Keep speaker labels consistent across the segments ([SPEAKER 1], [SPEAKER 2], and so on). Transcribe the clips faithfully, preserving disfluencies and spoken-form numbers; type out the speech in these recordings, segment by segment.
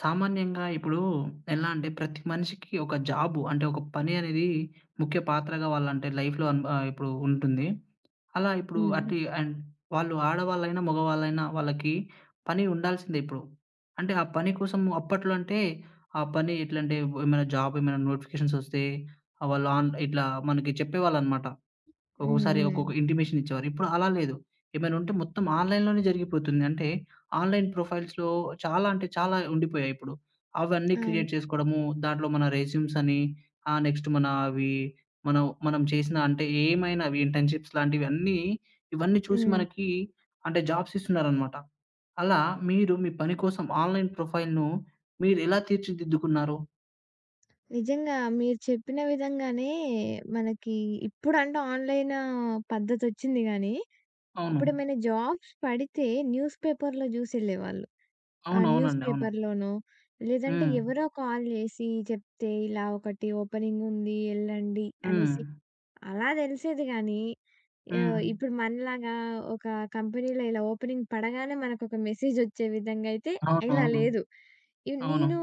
[SPEAKER 1] సామాన్యంగా ఇప్పుడు ఎలా అంటే ప్రతి మనిషికి ఒక జాబు అంటే ఒక పని అనేది ముఖ్య పాత్రగా వాళ్ళంటే లైఫ్‌లో అన్ ఆహ్, ఇప్పుడు ఉంటుంది. అలా ఇప్పుడు
[SPEAKER 2] హ్మ్.
[SPEAKER 1] అటు అండ్ వాళ్ళు ఆడవాళ్ళైనా, మగవాళ్ళైనా వాళ్ళకి పని ఉండాల్సిందే ఇప్పుడు. అంటే ఆ పని కోసం అప్పట్లో అంటే ఆ పని ఎట్లంటే ఏమైనా జాబ్ ఏమైనా నోటిఫికేషన్స్ వస్తే ఆహ్, వాళ్ళు ఆన్ ఇట్లా మనకి చెప్పేవాళ్ళనమాట.
[SPEAKER 2] హ్మ్.
[SPEAKER 1] ఒక్కొక్కసారి
[SPEAKER 2] హ్మ్.
[SPEAKER 1] ఒక్కొక్క ఇంటిమేషన్ ఇచ్చేవారు. ఇప్పుడు అలా లేదు. ఏమైనా ఉంటే మొత్తం ఆన్‌లైన్‌లోనే జరిగిపోతుంది. అంటే ఆన్‌లైన్ ప్రొఫైల్స్‌లో చాలా అంటే చాలా ఉండిపోయాయి ఇప్పుడు. అవన్నీ
[SPEAKER 2] అవును.
[SPEAKER 1] క్రియేట్ చేసుకోవడము, దాంట్లో మన రెజ్యూమ్స్ అని, ఆహ్, నెక్స్ట్ మన అవి మనం మనం చేసిన అంటే ఏమైనా అవి ఇంటర్న్‌షిప్స్ లాంటివి అన్నీ ఇవన్నీ చూసి
[SPEAKER 2] హ్మ్.
[SPEAKER 1] మనకి అంటే జాబ్స్ ఇస్తున్నారనమాట. అలా మీరు మీ పని కోసం ఆన్‌లైన్ ప్రొఫైల్‌ను మీరు ఎలా తీర్చిదిద్దుకున్నారు?
[SPEAKER 2] నిజంగా మీరు చెప్పిన విధంగానే మనకి ఇప్పుడంటే ఆన్‌లైన్ పద్ధతొచ్చింది గానీ,
[SPEAKER 1] అవును.
[SPEAKER 2] అప్పుడేమైనా జాబ్స్ పడితే న్యూస్ పేపర్‌లో జూసెళ్ళేవాళ్ళు. ఆ న్యూస్
[SPEAKER 1] అవునవునండి. అవును.
[SPEAKER 2] పేపర్‌లోనో, లేదంటే
[SPEAKER 1] హ్మ్.
[SPEAKER 2] ఎవరో కాల్ జేసి చెప్తే, ఇలా ఒకటి ఓపెనింగుంది ఎళ్ళండి
[SPEAKER 1] హ్మ్.
[SPEAKER 2] అనేసి అలా దెలిసేది గానీ,
[SPEAKER 1] హ్మ్.
[SPEAKER 2] యాహ్! ఇప్పుడు మనలాగా ఒక కంపెనీలో ఇలా ఓపెనింగ్ పడగానే మనకొక మెసేజొచ్చే విధంగా అయితే ఇలా
[SPEAKER 1] అవునవును.
[SPEAKER 2] లేదు. ఇవ్
[SPEAKER 1] అవును.
[SPEAKER 2] నేను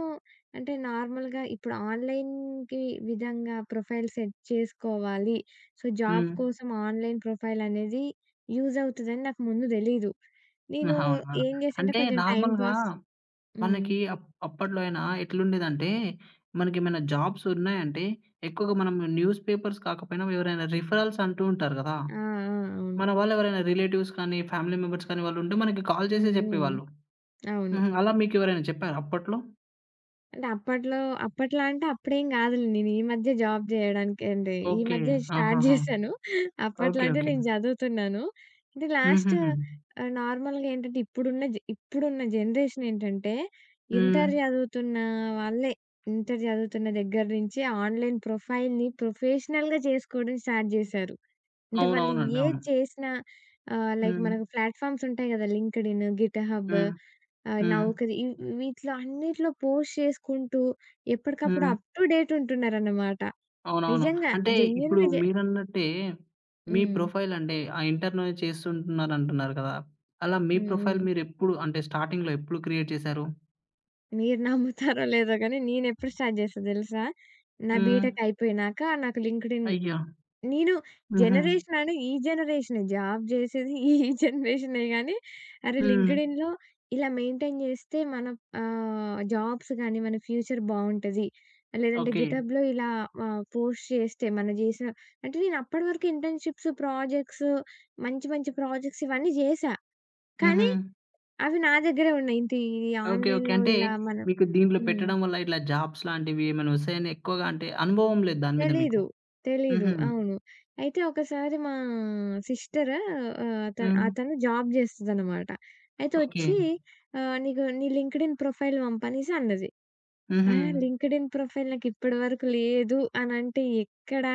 [SPEAKER 2] అంటే నార్మల్‌గా ఇప్పుడు ఆన్‌లైన్‌కి విధంగా ప్రొఫైల్ సెట్ చేసుకోవాలి. సో, జాబ్
[SPEAKER 1] హ్మ్.
[SPEAKER 2] కోసం ఆన్‌లైన్ ప్రొఫైల్ అనేది యూజ్ అవుతదని నాకు ముందు తెలీదు. నేను
[SPEAKER 1] ఆహా! అవునా?
[SPEAKER 2] ఏం చేశానంటే
[SPEAKER 1] అంటే
[SPEAKER 2] కొంచెం టైమ్
[SPEAKER 1] నార్మల్‌గా
[SPEAKER 2] పాస్. హ్మ్.
[SPEAKER 1] మనకి అప్ అప్పట్లో అయినా ఎట్లుండేదంటే, మనకేమైనా జాబ్స్ ఉన్నాయంటే, ఎక్కువగా మనం న్యూస్ పేపర్స్ కాకపోయినా ఎవరైనా రిఫరల్స్ అంటూ ఉంటారు గదా!
[SPEAKER 2] ఆ! ఆ! అవును.
[SPEAKER 1] మన వాళ్ళు ఎవరైనా రిలేటివ్స్ కానీ, ఫ్యామిలీ మెంబర్స్ కానీ వాళ్ళు ఉంటే మనకి కాల్
[SPEAKER 2] హ్మ్.
[SPEAKER 1] చేసే
[SPEAKER 2] హ్మ్.
[SPEAKER 1] చెప్పేవాళ్ళు.
[SPEAKER 2] అవును.
[SPEAKER 1] హుహు. అలా మీకెవరైనా చెప్పారా అప్పట్లో?
[SPEAKER 2] అంటే అప్పట్లో అప్పట్లో అంటే అప్పుడేం గాదులే. నేను ఈ మధ్య జాబ్ జేయడానికండి. ఈ
[SPEAKER 1] ఓకే.
[SPEAKER 2] మధ్య స్టార్ట్
[SPEAKER 1] ఆహాహా!
[SPEAKER 2] జేశాను. అప్పట్లో
[SPEAKER 1] ఓకే.
[SPEAKER 2] అంటే
[SPEAKER 1] ఓకే.
[SPEAKER 2] నేను జదువుతున్నాను. అంటే లాస్ట్,
[SPEAKER 1] హుహుహు.
[SPEAKER 2] ఆహ్, నార్మల్‌గా ఏంటంటే ఇప్పుడున్న జె ఇప్పుడున్న జనరేషన్ ఏంటంటే
[SPEAKER 1] హ్మ్.
[SPEAKER 2] ఇంటర్ జదువుతున్న వాళ్ళే, ఇంటర్ జదువుతున్న దగ్గర నుంచి ఆన్‌లైన్ ప్రొఫైల్‌ని ప్రొఫెషనల్‌గా జేసుకోవడం స్టార్ట్ జేశారు. అంటే వాళ్ళు
[SPEAKER 1] అవునవునండి.
[SPEAKER 2] ఏది
[SPEAKER 1] అవును.
[SPEAKER 2] చేసినా, ఆహ్, లైక్
[SPEAKER 1] హ్మ్.
[SPEAKER 2] మనకు ప్లాట్‌ఫార్మ్స్ ఉంటాయి కదా! లింక్డ్ఇన్, గిట్‌హబ్,
[SPEAKER 1] హ్మ్.
[SPEAKER 2] ఆహ్,
[SPEAKER 1] హ్మ్.
[SPEAKER 2] నౌకరీ ఇ వీటిలో అన్నిట్లో పోస్ట్ చేసుకుంటూ ఎప్పటికప్పుడు
[SPEAKER 1] హ్మ్.
[SPEAKER 2] అప్ టు డేట్ ఉంటున్నారన్నమాట.
[SPEAKER 1] అవునవును.
[SPEAKER 2] నిజంగా
[SPEAKER 1] అంటే ఇప్పుడు
[SPEAKER 2] జెన్యూన్‌గా జె
[SPEAKER 1] మీరన్నట్టే మీ
[SPEAKER 2] హ్మ్.
[SPEAKER 1] ప్రొఫైల్ అంటే ఆ ఇంటర్‌నో చేస్తుంటున్నారంటున్నారు కదా! అలా మీ
[SPEAKER 2] హ్మ్.
[SPEAKER 1] ప్రొఫైల్
[SPEAKER 2] హ్మ్.
[SPEAKER 1] మీరెప్పుడు అంటే స్టార్టింగ్‌లో ఎప్పుడు క్రియేట్ చేశారు?
[SPEAKER 2] మీరు నమ్ముతారో లేదో గానీ నేనెప్పుడు స్టార్ట్ చేశా తెలుసా? నా
[SPEAKER 1] హ్మ్.
[SPEAKER 2] బీటెక్ అయిపోయినాక నాకు లింక్డ్ఇన్.
[SPEAKER 1] అయ్యో!
[SPEAKER 2] నేను
[SPEAKER 1] హుహు.
[SPEAKER 2] జనరేషన్ అను ఈ జనరేషనే. జాబ్ జేసేది ఈ జనరేషనే గానీ, అరే!
[SPEAKER 1] హ్మ్.
[SPEAKER 2] లింక్డ్ఇన్‌లో ఇలా మెయింటైన్ జేస్తే మన, ఆహ్, జాబ్స్ గానీ, మన ఫ్యూచర్ బావుంటది. లేదంటే
[SPEAKER 1] ఓకే.
[SPEAKER 2] గిటబ్‌లో ఇలా ఆహ్, పోస్ట్ చేస్తే మనం జేసిన, అంటే నేను అప్పటి వరకు ఇంటర్న్‌షిప్స్, ప్రాజెక్ట్స్, మంచి మంచి ప్రాజెక్ట్స్ ఇవన్నీ జేశా.
[SPEAKER 1] హుహు.
[SPEAKER 2] కానీ అవి నా దగ్గరే ఉన్నాయి. ఇంత ఈ
[SPEAKER 1] ఓకే. ఓకే.
[SPEAKER 2] ఆన్‌లైన్‌లో
[SPEAKER 1] అంటే
[SPEAKER 2] ఇలా మనం.
[SPEAKER 1] మీకు దీంట్లో
[SPEAKER 2] హ్మ్.
[SPEAKER 1] పెట్టడం వల్ల ఇట్లా జాబ్స్ లాంటివి ఏమైనా వస్తాయని ఎక్కువగా అంటే అనుభవం లేదు దాని మీద మీకు.
[SPEAKER 2] తెలీదు. తెలీదు.
[SPEAKER 1] హుహు.
[SPEAKER 2] అవును. అయితే ఒకసారి మా సిస్టర్, ఆహ్, తను
[SPEAKER 1] హ్మ్.
[SPEAKER 2] అతను జాబ్ జేస్తదనమాట. అయితే
[SPEAKER 1] ఓకే.
[SPEAKER 2] ఒచ్చి ఆహ్, "నీకు నీ లింక్డ్‌ఇన్ ప్రొఫైల్ పంపు" అనేసి అన్నది.
[SPEAKER 1] హుహు.
[SPEAKER 2] ఆహ్, లింక్డ్‌ఇన్ ప్రొఫైల్ నాకిప్పటి వరకు లేదు అనంటే ఎక్కడ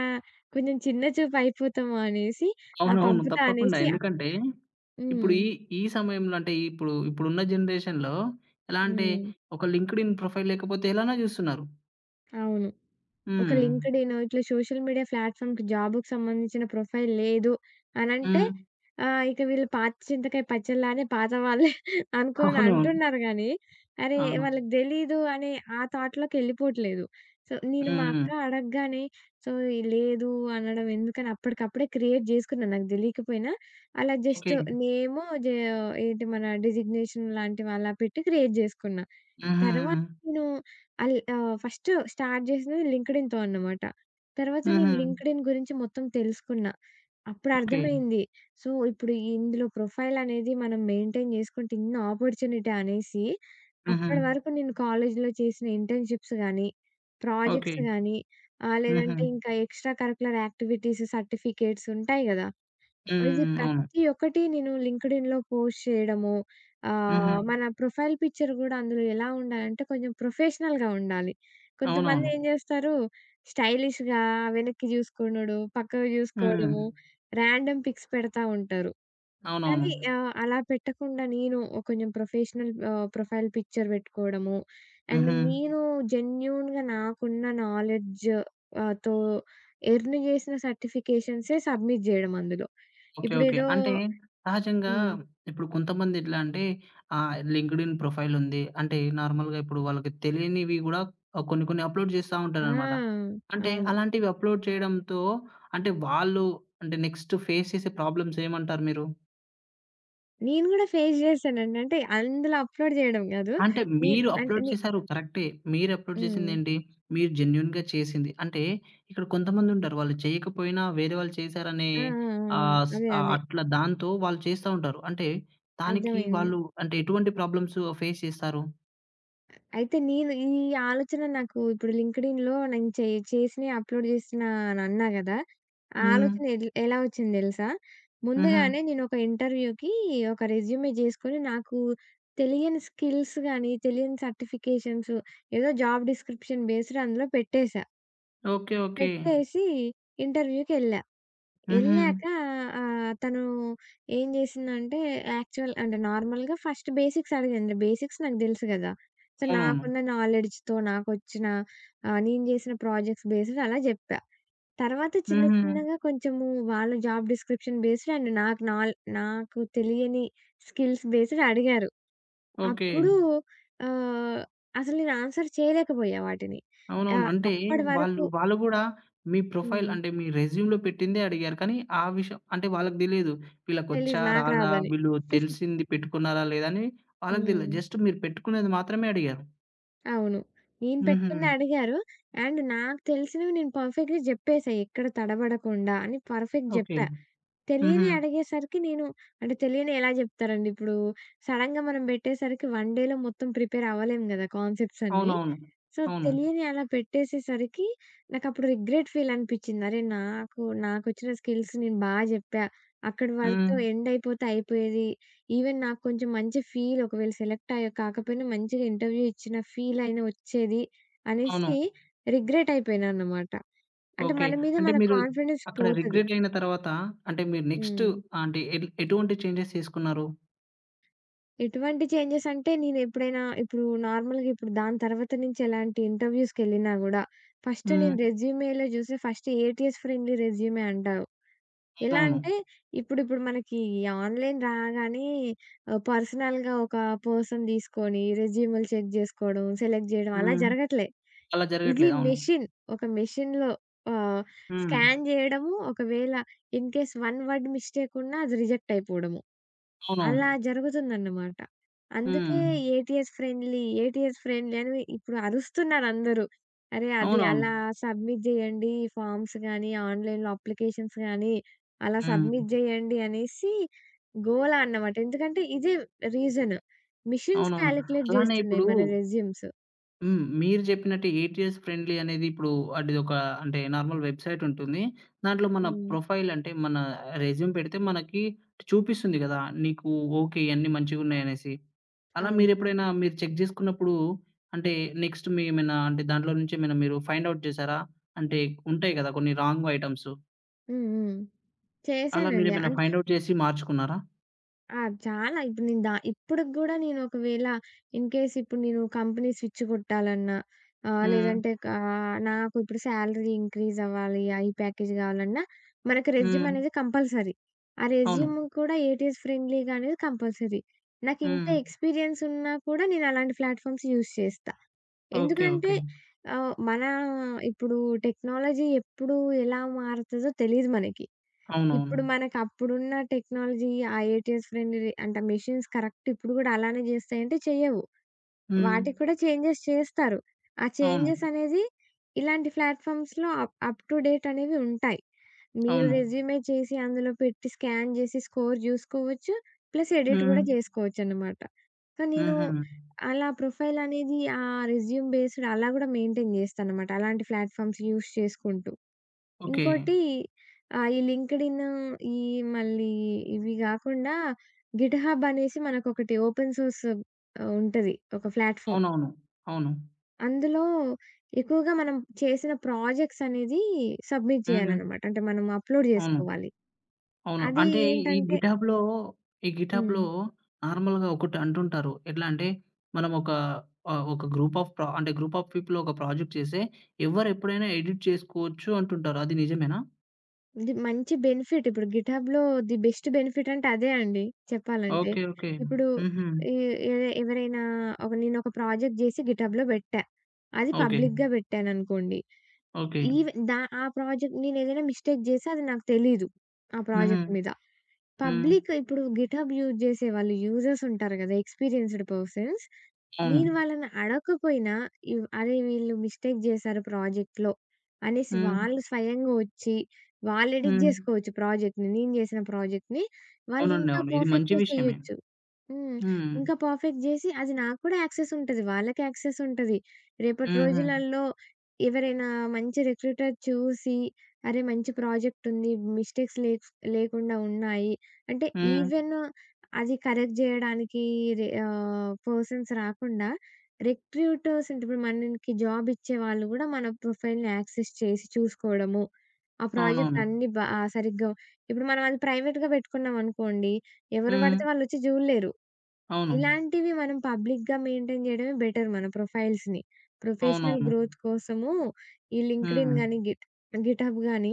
[SPEAKER 2] కొంచెం చిన్న చూపు అయిపోతాము అనేసి, "ఆ!
[SPEAKER 1] అవునవును.
[SPEAKER 2] పంపుతా"
[SPEAKER 1] తప్పకుండా.
[SPEAKER 2] అనేసి అప్.
[SPEAKER 1] ఎందుకంటే, ఇప్పుడు
[SPEAKER 2] హ్మ్.
[SPEAKER 1] ఈ, ఈ సమయంలో అంటే ఇప్పుడు, ఇప్పుడున్న జనరేషన్‌లో ఎలా అంటే,
[SPEAKER 2] హ్మ్.
[SPEAKER 1] ఒక లింక్డ్ఇన్ ప్రొఫైల్ లేకపోతే ఎలానో చూస్తున్నారు.
[SPEAKER 2] అవును. ఒక
[SPEAKER 1] హ్మ్.
[SPEAKER 2] లింక్డ్ఇన్ ఇట్లా సోషల్ మీడియా ప్లాట్‌ఫామ్‌కి జాబ్‌కి సంబంధించిన ప్రొఫైల్ లేదు అనంటే,
[SPEAKER 1] హ్మ్.
[SPEAKER 2] ఆహ్, ఇక వీళ్ళు పాత చింతకాయ పచ్చడిలానే పాత వాళ్ళే అనుకోని
[SPEAKER 1] అవునవును.
[SPEAKER 2] అంటున్నారు గానీ, అరే!
[SPEAKER 1] అవును.
[SPEAKER 2] వాళ్ళకి తెలీదు అనే ఆ థాట్‌లోకెళ్ళిపోవట్లేదు. సో, నేను మా
[SPEAKER 1] హ్మ్.
[SPEAKER 2] అక్క అడగగానే సో, ఈ లేదు అనడం ఎందుకని అప్పటికప్పుడే క్రియేట్ జేసుకున్నా నాకు దెలీకపోయినా. అలా
[SPEAKER 1] ఓకే.
[SPEAKER 2] జస్ట్ నేము జ ఏంటి మన డిజిగ్నేషన్ లాంటి అలా పెట్టి క్రియేట్ జేసుకున్నా. తర్వాత
[SPEAKER 1] హుహుహు.
[SPEAKER 2] నేను అల్ ఆహ్, ఫస్ట్ స్టార్ట్ జేసింది లింక్డ్‌ఇన్‌తో అన్నమాట. తర్వాత నేను
[SPEAKER 1] హుహు.
[SPEAKER 2] హుహు, లింక్డ్‌ఇన్ గురించి మొత్తం తెలుసుకున్నా.
[SPEAKER 1] ఓకే.
[SPEAKER 2] అప్పుడర్థమైంది. సో, ఇప్పుడు ఇందులో ప్రొఫైల్ అనేది మనం మెయింటైన్ జేసుకుంటే ఇన్ని ఆపర్చునిటీ అనేసి,
[SPEAKER 1] హుహు.
[SPEAKER 2] అప్పటి వరకు నేను కాలేజీలో చేసిన ఇంటర్న్‌షిప్స్ గానీ,
[SPEAKER 1] ఓకే.
[SPEAKER 2] ప్రాజెక్ట్స్ గానీ, ఆహ్,
[SPEAKER 1] హుహు.
[SPEAKER 2] లేదంటే ఇంకా ఎక్స్‌ట్రా కరిక్యులర్ యాక్టివిటీస్, సర్టిఫికేట్స్ ఉంటాయి గదా! ఇది
[SPEAKER 1] హ్మ్. అవును.
[SPEAKER 2] ప్రతి ఒక్కటి నేను లింక్డ్ఇన్‌లో పోస్ట్ చేయడము.
[SPEAKER 1] హుహు.
[SPEAKER 2] ఆహ్, మన ప్రొఫైల్ పిక్చర్ గూడా అందులో ఎలా ఉండాలంటే కొంచెం ప్రొఫెషనల్‌గా ఉండాలి. కొంతమంది
[SPEAKER 1] అవునవును.
[SPEAKER 2] ఏం జేస్తారు, స్టైలిష్‌గా వెనక్కి జూసుకునుడు, పక్కకు
[SPEAKER 1] హ్మ్.
[SPEAKER 2] జూసుకోవడము, ర్యాండమ్ పిక్స్ పెడతా ఉంటారు.
[SPEAKER 1] అవునవును.
[SPEAKER 2] కానీ ఆహ్, అలా పెట్టకుండా నేను ఓ కొంచెం ప్రొఫెషనల్ ఆహ్, ప్రొఫైల్ పిక్చర్ పెట్టుకోవడము. అండ్
[SPEAKER 1] హుహు.
[SPEAKER 2] నేను జెన్యూన్‌గా నాకున్న నాలెడ్జ్ ఆహ్, తో ఎర్న్ చేసిన సర్టిఫికేషన్సే సబ్మిట్ చేయడం అందులో.
[SPEAKER 1] ఓకే. ఓకే.
[SPEAKER 2] ఇప్పుడేదో.
[SPEAKER 1] అంటే సహజంగా
[SPEAKER 2] హ్మ్.
[SPEAKER 1] ఇప్పుడు కొంతమంది ఎట్లా అంటే ఆహ్, లింక్డ్ఇన్ ప్రొఫైల్ ఉంది. అంటే నార్మల్‌గా ఇప్పుడు వాళ్ళకి తెలియనివి గూడా ఆహ్, కొన్ని కొన్ని అప్‌లోడ్ చేస్తా
[SPEAKER 2] ఆ!
[SPEAKER 1] ఉంటారనమాట. అంటే
[SPEAKER 2] అవును.
[SPEAKER 1] అలాంటివి అప్‌లోడ్ చేయడంతో అంటే వాళ్ళు అంటే నెక్స్ట్ ఫేస్ చేసే ప్రాబ్లమ్స్ ఏమంటారు మీరు?
[SPEAKER 2] నేను కూడా ఫేస్ చేశానండి. అంటే అందులో అప్‌లోడ్ చేయడం కాదు.
[SPEAKER 1] అంటే
[SPEAKER 2] నే
[SPEAKER 1] మీరు
[SPEAKER 2] అంటే
[SPEAKER 1] అప్‌లోడ్
[SPEAKER 2] నే
[SPEAKER 1] చేశారు కరెక్టే. మీరు అప్‌లోడ్
[SPEAKER 2] హ్మ్.
[SPEAKER 1] చేసిందేంటి? మీరు జెన్యూన్‌గా చేసింది. అంటే ఇక్కడ కొంతమందుంటారు. వాళ్ళు చేయకపోయినా వేరే వాళ్ళు చేశారనే
[SPEAKER 2] ఆ! ఆ!
[SPEAKER 1] ఆహ్, స్
[SPEAKER 2] ఆ! అదే,
[SPEAKER 1] ఆహ్,
[SPEAKER 2] అదే.
[SPEAKER 1] అట్లా దాంతో వాళ్ళు చేస్తా ఉంటారు. అంటే దానికి
[SPEAKER 2] అర్థమైంది.
[SPEAKER 1] వాళ్ళు అంటే ఎటువంటి ప్రాబ్లమ్స్ ఫేస్ చేస్తారు?
[SPEAKER 2] అయితే నేను ఈ ఆలోచన నాకు ఇప్పుడు లింక్డ్ఇన్‌లో నేను చే చేసినయి అప్‌లోడ్ చేసినా అని అన్నా గదా! ఆ
[SPEAKER 1] హ్మ్.
[SPEAKER 2] ఆలోచన ఎల్ ఎలా వచ్చింది తెలుసా?
[SPEAKER 1] హుహు.
[SPEAKER 2] ముందుగానే నేను ఒక ఇంటర్వ్యూకి ఒక రెజ్యూమే చేసుకొని నాకు తెలియని స్కిల్స్ గాని, తెలియని సర్టిఫికేషన్స్, ఏదో జాబ్ డిస్క్రిప్షన్ బేస్డ్ అందులో పెట్టేసా.
[SPEAKER 1] ఓకే. ఓకే.
[SPEAKER 2] పెట్టేసి ఇంటర్వ్యూకెళ్ళా.
[SPEAKER 1] హుహు.
[SPEAKER 2] ఎళ్ళాక ఆహ్, తను ఏం జేసిందంటే, యాక్చువల్ అంటే నార్మల్‌గా ఫస్ట్ బేసిక్స్ అడిగింది. బేసిక్స్ నాకు దెలుసు గదా! సో,
[SPEAKER 1] అవునవును.
[SPEAKER 2] నాకున్న నాలెడ్జ్‌తో నాకొచ్చిన ఆహ్, నేను జేసిన ప్రాజెక్ట్స్ బేస్డ్ అలా జెప్పా. తర్వాత చిన్న
[SPEAKER 1] హుహు.
[SPEAKER 2] చిన్నగా కొంచెము వాళ్ళు జాబ్ డిస్క్రిప్షన్ బేస్డ్ అండ్ నాకు నాల్ నాకు తెలియని స్కిల్స్ బేస్డ్ అడిగారు.
[SPEAKER 1] ఓకే.
[SPEAKER 2] అప్పుడు ఆహ్, అసలు నేను ఆన్సర్ చేయలేకపోయా వాటిని.
[SPEAKER 1] అవునవును.
[SPEAKER 2] ఆహ్,
[SPEAKER 1] అంటే
[SPEAKER 2] అప్పటి
[SPEAKER 1] వాళ్ళు,
[SPEAKER 2] వరకు.
[SPEAKER 1] వాళ్ళు గూడా మీ ప్రొఫైల్
[SPEAKER 2] హ్మ్.
[SPEAKER 1] అంటే మీ రెజ్యూమ్‌లో పెట్టిందే అడిగారు. కానీ ఆ విషయం అంటే వాళ్ళకి తెలీదు. వీళ్ళకొచ్చా?
[SPEAKER 2] తెలీదు నాకు
[SPEAKER 1] రాదా?
[SPEAKER 2] రాదని.
[SPEAKER 1] వీళ్ళు తెలిసింది పెట్టుకున్నారా? లేదా? అని వాళ్ళకి తెలీదు.
[SPEAKER 2] హ్మ్.
[SPEAKER 1] జస్ట్ మీరు పెట్టుకునేది మాత్రమే అడిగారు.
[SPEAKER 2] అవును. నేను
[SPEAKER 1] హుహు.
[SPEAKER 2] పెట్టుకుందే అడిగారు. అండ్ నాకు తెలిసినవి నేను పర్ఫెక్ట్‌గా జెప్పేసా. ఎక్కడ తడబడకుండా అని పర్ఫెక్ట్
[SPEAKER 1] ఓకే.
[SPEAKER 2] జెప్పా.
[SPEAKER 1] హుహు.
[SPEAKER 2] తెలియనియి అడిగేసరికి నేను, అంటే తెలియనియి ఎలా జెప్తారండి? ఇప్పుడు సడెన్‌గా మనం బెట్టేసరికి వన్ డేలో మొత్తం ప్రిపేర్ అవ్వలేము గదా! కాన్సెప్ట్స్ అన్నీ.
[SPEAKER 1] అవునవును.
[SPEAKER 2] సో,
[SPEAKER 1] అవును.
[SPEAKER 2] తెలియనియి అలా పెట్టేసేసరికి నాకప్పుడు రిగ్రెట్ ఫీల్ అనిపిచ్చింది. అరే! నాకు నాకొచ్చిన స్కిల్స్ నేను బా జెప్పా. అక్కడి
[SPEAKER 1] హ్మ్.
[SPEAKER 2] వరతో ఎండ్ అయిపోతే అయిపోయేది. ఈవెన్ నాకు కొంచెం మంచి ఫీల్, ఒకవేళ సెలెక్ట్ అయ్య కాకపోయినా మంచిగా ఇంటర్వ్యూ ఇచ్చిన ఫీల్ అయినా వచ్చేది
[SPEAKER 1] అవును.
[SPEAKER 2] అనేసి రిగ్రెట్ అయిపోయినా అన్నమాట. అంటే
[SPEAKER 1] ఓకే.
[SPEAKER 2] మన మీద
[SPEAKER 1] అంటే
[SPEAKER 2] మన
[SPEAKER 1] మీరు
[SPEAKER 2] కాన్ఫిడెన్స్
[SPEAKER 1] అక్కడ
[SPEAKER 2] పోతది.
[SPEAKER 1] రిగ్రెట్ అయిన తర్వాత అంటే మీరు నెక్స్ట్
[SPEAKER 2] హ్మ్.
[SPEAKER 1] అంటే ఎ ఎటువంటి చేంజెస్ చేసుకున్నారు?
[SPEAKER 2] ఎటువంటి చేంజెస్ అంటే నేనెప్పుడైనా ఇప్పుడు నార్మల్‌గా ఇప్పుడు దాని తర్వాత నుంచి ఎలాంటి ఇంటర్‌వ్యూస్‌కెళ్ళినా గూడా, ఫస్ట్
[SPEAKER 1] హ్మ్.
[SPEAKER 2] నేను రెజ్యూమేలో చూసి ఫస్ట్ ఏటీఎస్ ఫ్రెండ్లీ రెజ్యూమే అంటారు. ఎలా
[SPEAKER 1] అవునవును.
[SPEAKER 2] అంటే ఇప్పుడిప్పుడు మనకి ఆన్‌లైన్ రాగానే ఆహ్, పర్సనల్‌గా ఒక పర్సన్ తీసుకొని రెజ్యూమ్‌లు చెక్ జేసుకోవడం, సెలెక్ట్ జేయడం అలా
[SPEAKER 1] హ్మ్.
[SPEAKER 2] జరగట్లే.
[SPEAKER 1] అలా
[SPEAKER 2] ఇది
[SPEAKER 1] జరగట్లేదు. అవును.
[SPEAKER 2] మెషిన్. ఒక మెషిన్‌లో ఆహ్,
[SPEAKER 1] హ్మ్.
[SPEAKER 2] స్కాన్ జేయడము. ఒకవేళ in case one word mistake ఉన్నా అది రిజెక్ట్ అయిపోవడము.
[SPEAKER 1] అవునవును.
[SPEAKER 2] అలా జరుగుతుందన్నమాట. అందుకే
[SPEAKER 1] హ్మ్.
[SPEAKER 2] ఏటీఎస్ ఫ్రెండ్లీ, ఏటీఎస్ ఫ్రెండ్లీ అని ఇప్పుడు అరుస్తున్నారందరూ. అరే! అది
[SPEAKER 1] అవునవును.
[SPEAKER 2] అలా సబ్మిట్ జేయండి, ఫార్మ్స్ గానీ, ఆన్‌లైన్‌లో అప్లికేషన్స్ గానీ, అలా
[SPEAKER 1] హ్మ్.
[SPEAKER 2] సబ్మిట్ జేయండి అనేసి గోల అన్నమాట. ఎందుకంటే ఇదే రీజన్. మెషిన్స్
[SPEAKER 1] అవునవును.
[SPEAKER 2] కాలిక్యులేట్
[SPEAKER 1] అలానే
[SPEAKER 2] జేస్తున్నాయి
[SPEAKER 1] ఇప్పుడు
[SPEAKER 2] మన రెస్యూమ్స్.
[SPEAKER 1] హ్మ్. మీరు చెప్పినట్టు ఎనిమిది ఇయర్స్ ఫ్రెండ్లీ అనేది ఇప్పుడు అదిదొక అంటే నార్మల్ వెబ్‌సైట్ ఉంటుంది. దాంట్లో మన
[SPEAKER 2] హ్మ్.
[SPEAKER 1] ప్రొఫైల్ అంటే మన రెజ్యూమ్ పెడితే మనకి చూపిస్తుంది కదా! నీకు ఓకే. ఇయన్నీ మంచిగున్నాయనేసి. అలా
[SPEAKER 2] అవును.
[SPEAKER 1] మీరెప్పుడైనా మీరు చెక్ జేసుకున్నప్పుడు అంటే నెక్స్ట్ మీ ఏమైనా అంటే దాంట్లో నుంచి ఏమైనా మీరు ఫైండ్ ఔట్ చేసారా? అంటే ఉంటాయి కదా! కొన్ని రాంగ్ ఐటెమ్స్.
[SPEAKER 2] హ్మ్. హ్మ్.
[SPEAKER 1] అలా
[SPEAKER 2] చేశానండి.
[SPEAKER 1] మీరేమైనా
[SPEAKER 2] అంటే
[SPEAKER 1] ఫైండ్ ఔట్ చేసి మార్చుకున్నారా?
[SPEAKER 2] ఆ! చాలా ఇప్పుడు నేను దా ఇప్పటికి గూడా నేను ఒకవేళ ఇన్‌కేస్ ఇప్పుడు నేను కంపెనీ స్విచ్ కొట్టాలన్నా ఆహ్,
[SPEAKER 1] హ్మ్.
[SPEAKER 2] లేదంటే క ఆ, నాకు ఇప్పుడు సాలరీ ఇంక్రీజ్ అవ్వాలి. ఐ ప్యాకేజ్ కావాలన్నా మనకు రెజ్యూమ్
[SPEAKER 1] హ్మ్.
[SPEAKER 2] అనేది కంపల్సరీ. ఆ
[SPEAKER 1] అవును.
[SPEAKER 2] రెజ్యూమ్ కూడా ఏటీఎస్ ఫ్రెండ్లీగా అనేది కంపల్సరీ. నాకు ఇంత
[SPEAKER 1] హ్మ్.
[SPEAKER 2] ఎక్స్‌పీరియన్స్ ఉన్నా కూడా నేను అలాంటి ప్లాట్‌ఫామ్స్ యూజ్ చేస్తా.
[SPEAKER 1] ఓకే.
[SPEAKER 2] ఎందుకంటే
[SPEAKER 1] ఓకే.
[SPEAKER 2] ఆహ్, మన ఇప్పుడు టెక్నాలజీ ఎప్పుడు ఎలా మారుతదో తెలీదు మనకి.
[SPEAKER 1] అవునవును.
[SPEAKER 2] ఇప్పుడు మనకప్పుడున్న టెక్నాలజీ, ఆ ఏటీఎస్ ఫ్రెండ్‌లీ అంటే మెషిన్స్ కరెక్ట్ ఇప్పుడు గూడా అలానే జేస్తాయంటే చెయ్యవు.
[SPEAKER 1] హ్మ్.
[SPEAKER 2] వాటికి కూడా చేంజెస్ చేస్తారు. ఆ
[SPEAKER 1] అవును.
[SPEAKER 2] చేంజెస్ అనేది ఇలాంటి ప్లాట్‌ఫామ్స్‌లో అప్ అప్ టు డేట్ అనేవి ఉంటాయి. మీరు
[SPEAKER 1] అవును.
[SPEAKER 2] రెజ్యూమే చేసి అందులో పెట్టి స్కాన్ జేసి స్కోర్ జూసుకోవచ్చు. ప్లస్ ఎడిట్
[SPEAKER 1] హ్మ్.
[SPEAKER 2] గూడా జేసుకోవచ్చనమాట. సో, నేను
[SPEAKER 1] హుహు.
[SPEAKER 2] అలా ప్రొఫైల్ అనేది ఆ రెజ్యూమ్ బేస్డ్ అలా గూడా మెయింటైన్ జేస్తాననమాట. అలాంటి ప్లాట్‌ఫామ్స్ యూజ్ చేసుకుంటూ.
[SPEAKER 1] ఓకే.
[SPEAKER 2] ఇంకోటి ఆహ్, ఈ లింక్డ్ఇన్, ఈ మళ్ళీ ఇవి గాకుండా గిట్‌హబ్ అనేసి మనకొకటి ఓపెన్ సోర్స్ ఆహ్, ఉంటది. ఒక ప్లాట్‌ఫార్మ్.
[SPEAKER 1] అవునవును. అవును.
[SPEAKER 2] అందులో ఎక్కువగా మనం చేసిన ప్రాజెక్ట్స్ అనేది సబ్మిట్
[SPEAKER 1] హ్మ్.
[SPEAKER 2] చేయాలనమాట. అంటే మనం అప్‌లోడ్
[SPEAKER 1] అవును.
[SPEAKER 2] జేసుకోవాలి.
[SPEAKER 1] అవును.
[SPEAKER 2] అది
[SPEAKER 1] అంటే ఈ
[SPEAKER 2] ఏంటంటే.
[SPEAKER 1] గిటాబ్‌లో ఈ గిటాబ్‌లో
[SPEAKER 2] హ్మ్.
[SPEAKER 1] నార్మల్‌గా ఒకటి అంటుంటారు. ఎట్లా అంటే మనం ఒక ఆహ్, ఒక గ్రూప్ ఆఫ్ ప్ర అంటే గ్రూప్ ఆఫ్ పీపుల్ ఒక ప్రాజెక్ట్ చేస్తే ఎవరు ఎప్పుడైనా ఎడిట్ చేసుకోవచ్చు అంటుంటారు. అది నిజమేనా?
[SPEAKER 2] ఇది మంచి బెనిఫిట్. ఇప్పుడు గిట్‌హబ్‌లో ది బెస్ట్ బెనిఫిట్ అంటే అదే అండి చెప్పాలంటే.
[SPEAKER 1] ఓకే. ఓకే.
[SPEAKER 2] ఇప్పుడు
[SPEAKER 1] హుహు.
[SPEAKER 2] ఎ ఎ ఎవరైనా ఒక నేనొక ప్రాజెక్ట్ జేసి గిట్‌హబ్‌లో బెట్టా. అది
[SPEAKER 1] ఓకే.
[SPEAKER 2] పబ్లిక్‌గా బెట్టాననుకోండి.
[SPEAKER 1] ఓకే.
[SPEAKER 2] ఈవెన్ దా ఆ ప్రాజెక్ట్ నేనేదైనా మిస్టేక్ చేస్తే అది నాకు తెలీదు. ఆ
[SPEAKER 1] హుహు.
[SPEAKER 2] ప్రాజెక్ట్ మీద.
[SPEAKER 1] హ్మ్.
[SPEAKER 2] పబ్లిక్ ఇప్పుడు గిట్‌హబ్ యూజ్ చేసేవాళ్ళు యూజర్స్ ఉంటారు కదా! Experienced persons.
[SPEAKER 1] అవును.
[SPEAKER 2] నేను వాళ్ళని అడగకపోయినా ఇవ్ అరే! వీళ్ళు మిస్టేక్ చేశారు ప్రాజెక్ట్‌లో అనేసి
[SPEAKER 1] హ్మ్.
[SPEAKER 2] వాళ్ళు స్వయంగా వచ్చి వాళ్ళు ఎడిట్
[SPEAKER 1] హ్మ్.
[SPEAKER 2] చేసుకోవచ్చు ప్రాజెక్ట్‌ని. నేను చేసిన ప్రాజెక్ట్‌ని. వాళ్ళు
[SPEAKER 1] అవునండి.
[SPEAKER 2] ఇంకా
[SPEAKER 1] అవును. ఇది మంచి
[SPEAKER 2] పర్ఫెక్ట్‌గా
[SPEAKER 1] విషయమే.
[SPEAKER 2] చేయొచ్చు. హ్మ్.
[SPEAKER 1] హ్మ్.
[SPEAKER 2] ఇంకా పర్ఫెక్ట్ చేసి అది నాకు కూడా యాక్సెస్ ఉంటది. వాళ్ళకి యాక్సెస్ ఉంటది. రేపటి
[SPEAKER 1] హుహు.
[SPEAKER 2] రోజులల్లో ఎవరైనా మంచి రిక్రూటర్ చూసి, అరే! మంచి ప్రాజెక్ట్ ఉంది. మిస్టేక్స్ లేక్స్ లేకుండా ఉన్నాయి. అంటే
[SPEAKER 1] హ్మ్.
[SPEAKER 2] ఈవెన్ అది కరెక్ట్ జేయడానికి రె ఆహ్, పర్సన్స్ రాకుండా రిక్రూటర్స్ అంటే ఇప్పుడు మనకి జాబ్ ఇచ్చేవాళ్ళు గూడా మన ప్రొఫైల్‌ని యాక్సెస్ చేసి చూసుకోవడము. ఆ ప్రాజెక్ట్
[SPEAKER 1] అవునవును.
[SPEAKER 2] అన్నీ బా ఆ సరిగ్గా. ఇప్పుడు మనం అది ప్రైవేట్‌గా పెట్టుకున్నాం అనుకోండి, ఎవరు
[SPEAKER 1] హ్మ్.
[SPEAKER 2] పడితే వాళ్ళొచ్చి జూడలేరు.
[SPEAKER 1] అవును.
[SPEAKER 2] ఇలాంటివి మనం పబ్లిక్‌గా మెయింటైన్ జేయడమే బెటర్ మన ప్రొఫైల్స్‌ని. ప్రొఫెషనల్
[SPEAKER 1] అవునవును.
[SPEAKER 2] గ్రోత్ కోసము ఈ లింక్డ్ఇన్
[SPEAKER 1] హ్మ్.
[SPEAKER 2] గాని, గిట్ గిటబ్ గాని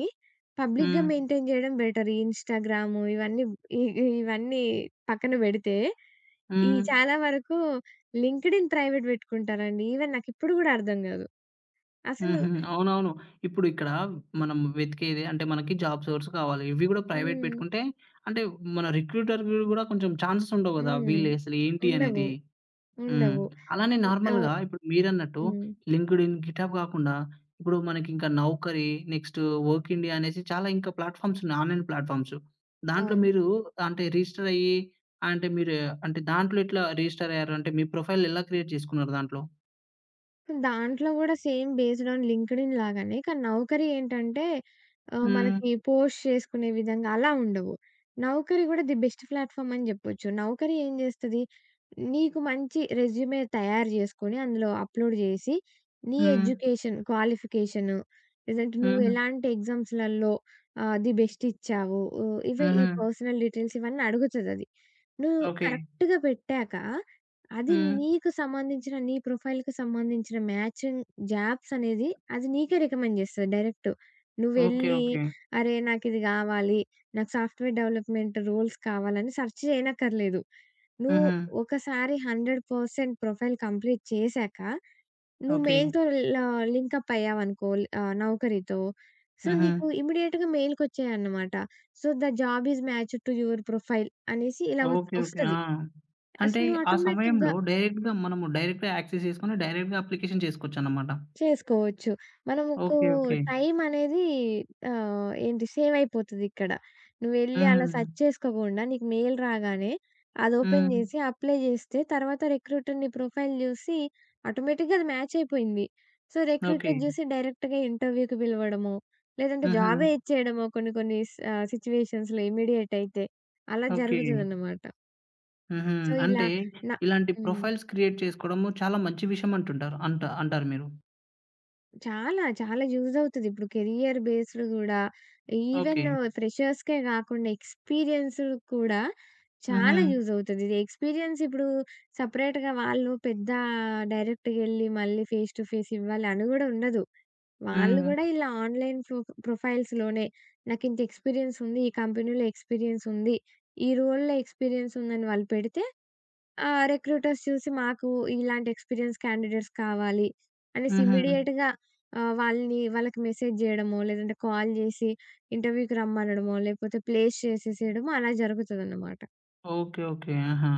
[SPEAKER 2] పబ్లిక్‌గా
[SPEAKER 1] హ్మ్.
[SPEAKER 2] మెయింటైన్ జేయడం బెటర్. ఈ ఇన్‌స్టాగ్రాము ఇవన్నీ, ఇ ఇ ఇవన్నీ పక్కన బెడితే, ఈ
[SPEAKER 1] హ్మ్.
[SPEAKER 2] చాలా వరకు లింక్డ్ఇన్ ప్రైవేట్ బెట్టుకుంటారండి. ఈవెన్ నాకిప్పుడు గూడా అర్థం గాదు. అసలు.
[SPEAKER 1] హుహు. అవునవును. ఇప్పుడు ఇక్కడ మనం వెతికేది అంటే మనకి జాబ్ సోర్స్ కావాలి. ఇవి గూడా ప్రైవేట్
[SPEAKER 2] హ్మ్.
[SPEAKER 1] పెట్టుకుంటే అంటే మన రిక్రూటర్‌వి గూడా కొంచెం ఛాన్సెస్ ఉండవు గదా!
[SPEAKER 2] హ్మ్.
[SPEAKER 1] వీళ్ళు అసలు ఏంటి
[SPEAKER 2] ఉండవు.
[SPEAKER 1] అనేది. హ్మ్.
[SPEAKER 2] ఉండవు.
[SPEAKER 1] అలానే
[SPEAKER 2] హ్మ్. ఆహ్,
[SPEAKER 1] నార్మల్‌గా ఇప్పుడు మీరన్నట్టు
[SPEAKER 2] హ్మ్.
[SPEAKER 1] లింక్డ్ఇన్, గిటాబ్ కాకుండా ఇప్పుడు మనకింకా నౌకరీ, నెక్స్ట్ వర్క్ ఇండియా అనేసి చాలా ఇంకా ప్లాట్‌ఫామ్స్ ఉన్నాయి. Online platforms. దాంట్లో
[SPEAKER 2] అవును.
[SPEAKER 1] మీరు అంటే రిజిస్టర్ అయ్యి అంటే మీరు అంటే దాంట్లో ఎట్లా రిజిస్టర్ అయ్యారు? అంటే మీ ప్రొఫైల్ ఎలా క్రియేట్ చేసుకున్నారు దాంట్లో?
[SPEAKER 2] దాంట్లో గూడా సేమ్ బేస్డ్ ఆన్ లింక్డ్ఇన్ లాగానే. కానీ నౌకరీ ఏంటంటే ఆహ్,
[SPEAKER 1] హ్మ్.
[SPEAKER 2] మనకి పోస్ట్ చేసుకునే విధంగా అలా ఉండవు. నౌకరీ గూడా ది బెస్ట్ ప్లాట్‌ఫార్మ్ అని జెప్పొచ్చు. నౌకరీ ఏం జేస్తది, నీకు మంచి రెజ్యూమే తయారు జేసుకొని అందులో అప్‌లోడ్ జేసి, నీ
[SPEAKER 1] హ్మ్.
[SPEAKER 2] ఎడ్యుకేషన్, క్వాలిఫికేషను, లేదంటే నువ్వు
[SPEAKER 1] హుహు.
[SPEAKER 2] ఎలాంటి ఎగ్జామ్స్‌లలో ఆహ్, ది బెస్ట్ ఇచ్చావు. ఆహ్, ఇవి ఈ
[SPEAKER 1] హుహు.
[SPEAKER 2] పర్సనల్ డీటెయిల్స్ ఇవన్నీ అడుగుతదది. నువ్వు
[SPEAKER 1] ఓకే.
[SPEAKER 2] కరెక్ట్‌గా పెట్టాక, అది
[SPEAKER 1] హ్మ్.
[SPEAKER 2] నీకు సంబంధించిన నీ ప్రొఫైల్‌కి సంబంధించిన మ్యాచింగ్ జాబ్స్ అనేది అది నీకే రికమెండ్ చేస్తది డైరెక్ట్.
[SPEAKER 1] ఓకే.
[SPEAKER 2] నువ్వెళ్ళి
[SPEAKER 1] ఓకే.
[SPEAKER 2] అరే! నాకిది గావాలి. నాకు సాఫ్ట్‌వేర్ డెవలప్‌మెంట్ రోల్స్ కావాలని సెర్చ్ చేయనక్కర్లేదు. నువ్వు
[SPEAKER 1] హుహు.
[SPEAKER 2] ఒకసారి హండ్రెడ్ పర్సెంట్ ప్రొఫైల్ కంప్లీట్ చేశాక నువ్వు
[SPEAKER 1] ఓకే.
[SPEAKER 2] మెయిల్‌తో ల లింకప్ అయ్యావనుకో ఆహ్, నౌకరీతో. సో,
[SPEAKER 1] హుహు.
[SPEAKER 2] నీకు ఇమ్మీడియేట్‌గా మెయిల్‌కొచ్చాయన్నమాట. So, the job is matched to your profile అనేసి ఇలా వస్
[SPEAKER 1] ఓకే. ఓకే.
[SPEAKER 2] ఒస్తది.
[SPEAKER 1] ఆ!
[SPEAKER 2] సో,
[SPEAKER 1] అంటే
[SPEAKER 2] నువ్వు
[SPEAKER 1] ఆ
[SPEAKER 2] ఆటోమేటిక్‌గా
[SPEAKER 1] సమయంలో డైరెక్ట్‌గా మనము డైరెక్ట్‌గా యాక్సెస్ చేసుకొని డైరెక్ట్‌గా అప్లికేషన్ చేసుకోవచ్చన్నమాట.
[SPEAKER 2] చేసుకోవచ్చు. మనముకు
[SPEAKER 1] ఓకే. ఓకే.
[SPEAKER 2] టైమనేది ఆహ్, ఏంటి సేవయిపోతదిక్కడ. నువ్వెళ్లి అలా
[SPEAKER 1] హ్మ్.
[SPEAKER 2] సెర్చ్ చేసుకోకుండా నీకు మెయిల్ రాగానే అది ఓపెన్
[SPEAKER 1] హ్మ్.
[SPEAKER 2] జేసి అప్లై జేస్తే తర్వాత రిక్రూటర్ నీ ప్రొఫైల్ జూసి ఆటోమేటిక్‌గా అది మ్యాచ్ అయిపోయింది. So,
[SPEAKER 1] okay.
[SPEAKER 2] రిక్రూటర్ జూసి డైరెక్ట్‌గా ఇంటర్వ్యూకి పిలవడమో, లేదంటే
[SPEAKER 1] హుహు.
[SPEAKER 2] జాబే ఇచ్చేయడమో కొన్ని కొన్ని స్ ఆహ్, సిట్యుయేషన్స్‌లో ఇమ్మీడియేట్ అయితే అలా
[SPEAKER 1] ఓకే.
[SPEAKER 2] జరుగుతదన్నమాట.
[SPEAKER 1] హుహు.
[SPEAKER 2] సో, ఇలా
[SPEAKER 1] అంటే
[SPEAKER 2] న
[SPEAKER 1] ఇలాంటి
[SPEAKER 2] హ్మ్.
[SPEAKER 1] ప్రొఫైల్స్ క్రియేట్ చేసుకోవడము చాలా మంచి విషయం అంటుంటారు. అంట అంటారు మీరు.
[SPEAKER 2] చాలా. చాలా యూజ్ అవుతది. ఇప్పుడు కెరియర్ బేస్డ్ గూడా, ఈవెన్
[SPEAKER 1] ఓకే.
[SPEAKER 2] ఫ్రెషర్స్‌కే గాకుండా ఎక్స్‌పీరియన్స్‌డ్ కూడా
[SPEAKER 1] హుహు.
[SPEAKER 2] చాలా యూజ్ అవుతది. ఇది ఎక్స్‌పీరియన్స్ ఇప్పుడు సెపరేట్‌గా వాళ్ళు పెద్ద డైరెక్ట్‌గెళ్లి మళ్ళీ ఫేస్ టు ఫేస్ ఇవ్వాలి అని గూడా ఉండదు. వాళ్ళు
[SPEAKER 1] హ్మ్.
[SPEAKER 2] గూడా ఇలా ఆన్‌లైన్ ప్రొ ప్రొఫైల్స్‌లోనే నాకింత ఎక్స్‌పీరియన్స్ ఉంది. ఈ కంపెనీలో ఎక్స్‌పీరియన్స్ ఉంది. ఈ రోల్‌లో ఎక్స్‌పీరియన్స్ ఉందని వాళ్ళు పెడితే ఆ! రిక్రూటర్స్ చూసి మాకు ఇలాంటి ఎక్స్‌పీరియన్స్ క్యాండిడేట్స్ కావాలి అనేసి
[SPEAKER 1] హుహు.
[SPEAKER 2] ఇమ్మీడియేట్‌గా ఆహ్, వాళ్ళని వాళ్ళకి మెసేజ్ జేయడమో, లేదంటే కాల్ జేసి ఇంటర్వ్యూకి రమ్మనడమో, లేపోతే ప్లేస్ చేసేసేయడమో అలా జరుగుతదనమాట.
[SPEAKER 1] ఓకే. ఓకే. ఆహా!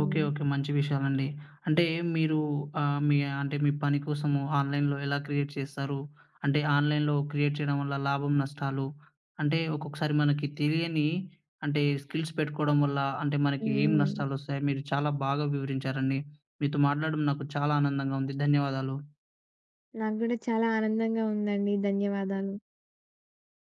[SPEAKER 1] ఓకే. ఓకే. మంచి విషయాలండి. అంటే మీరు ఆహ్, మీ అంటే మీ పని కోసము ఆన్‌లైన్‌లో ఎలా క్రియేట్ చేస్తారు? అంటే ఆన్‌లైన్‌లో క్రియేట్ చేయడం వల్ల లాభం, నష్టాలు అంటే ఒక్కొక్కసారి మనకి తెలియని అంటే స్కిల్స్ పెట్టుకోవడం వల్ల అంటే మనకి ఏం
[SPEAKER 2] హ్మ్.
[SPEAKER 1] నష్టాలొస్తాయి? మీరు చాలా బాగా వివరించారండి. మీతో మాట్లాడడం నాకు చాలా ఆనందంగా ఉంది. ధన్యవాదాలు.
[SPEAKER 2] నాకు గూడా చాలా ఆనందంగా ఉందండి. ధన్యవాదాలు.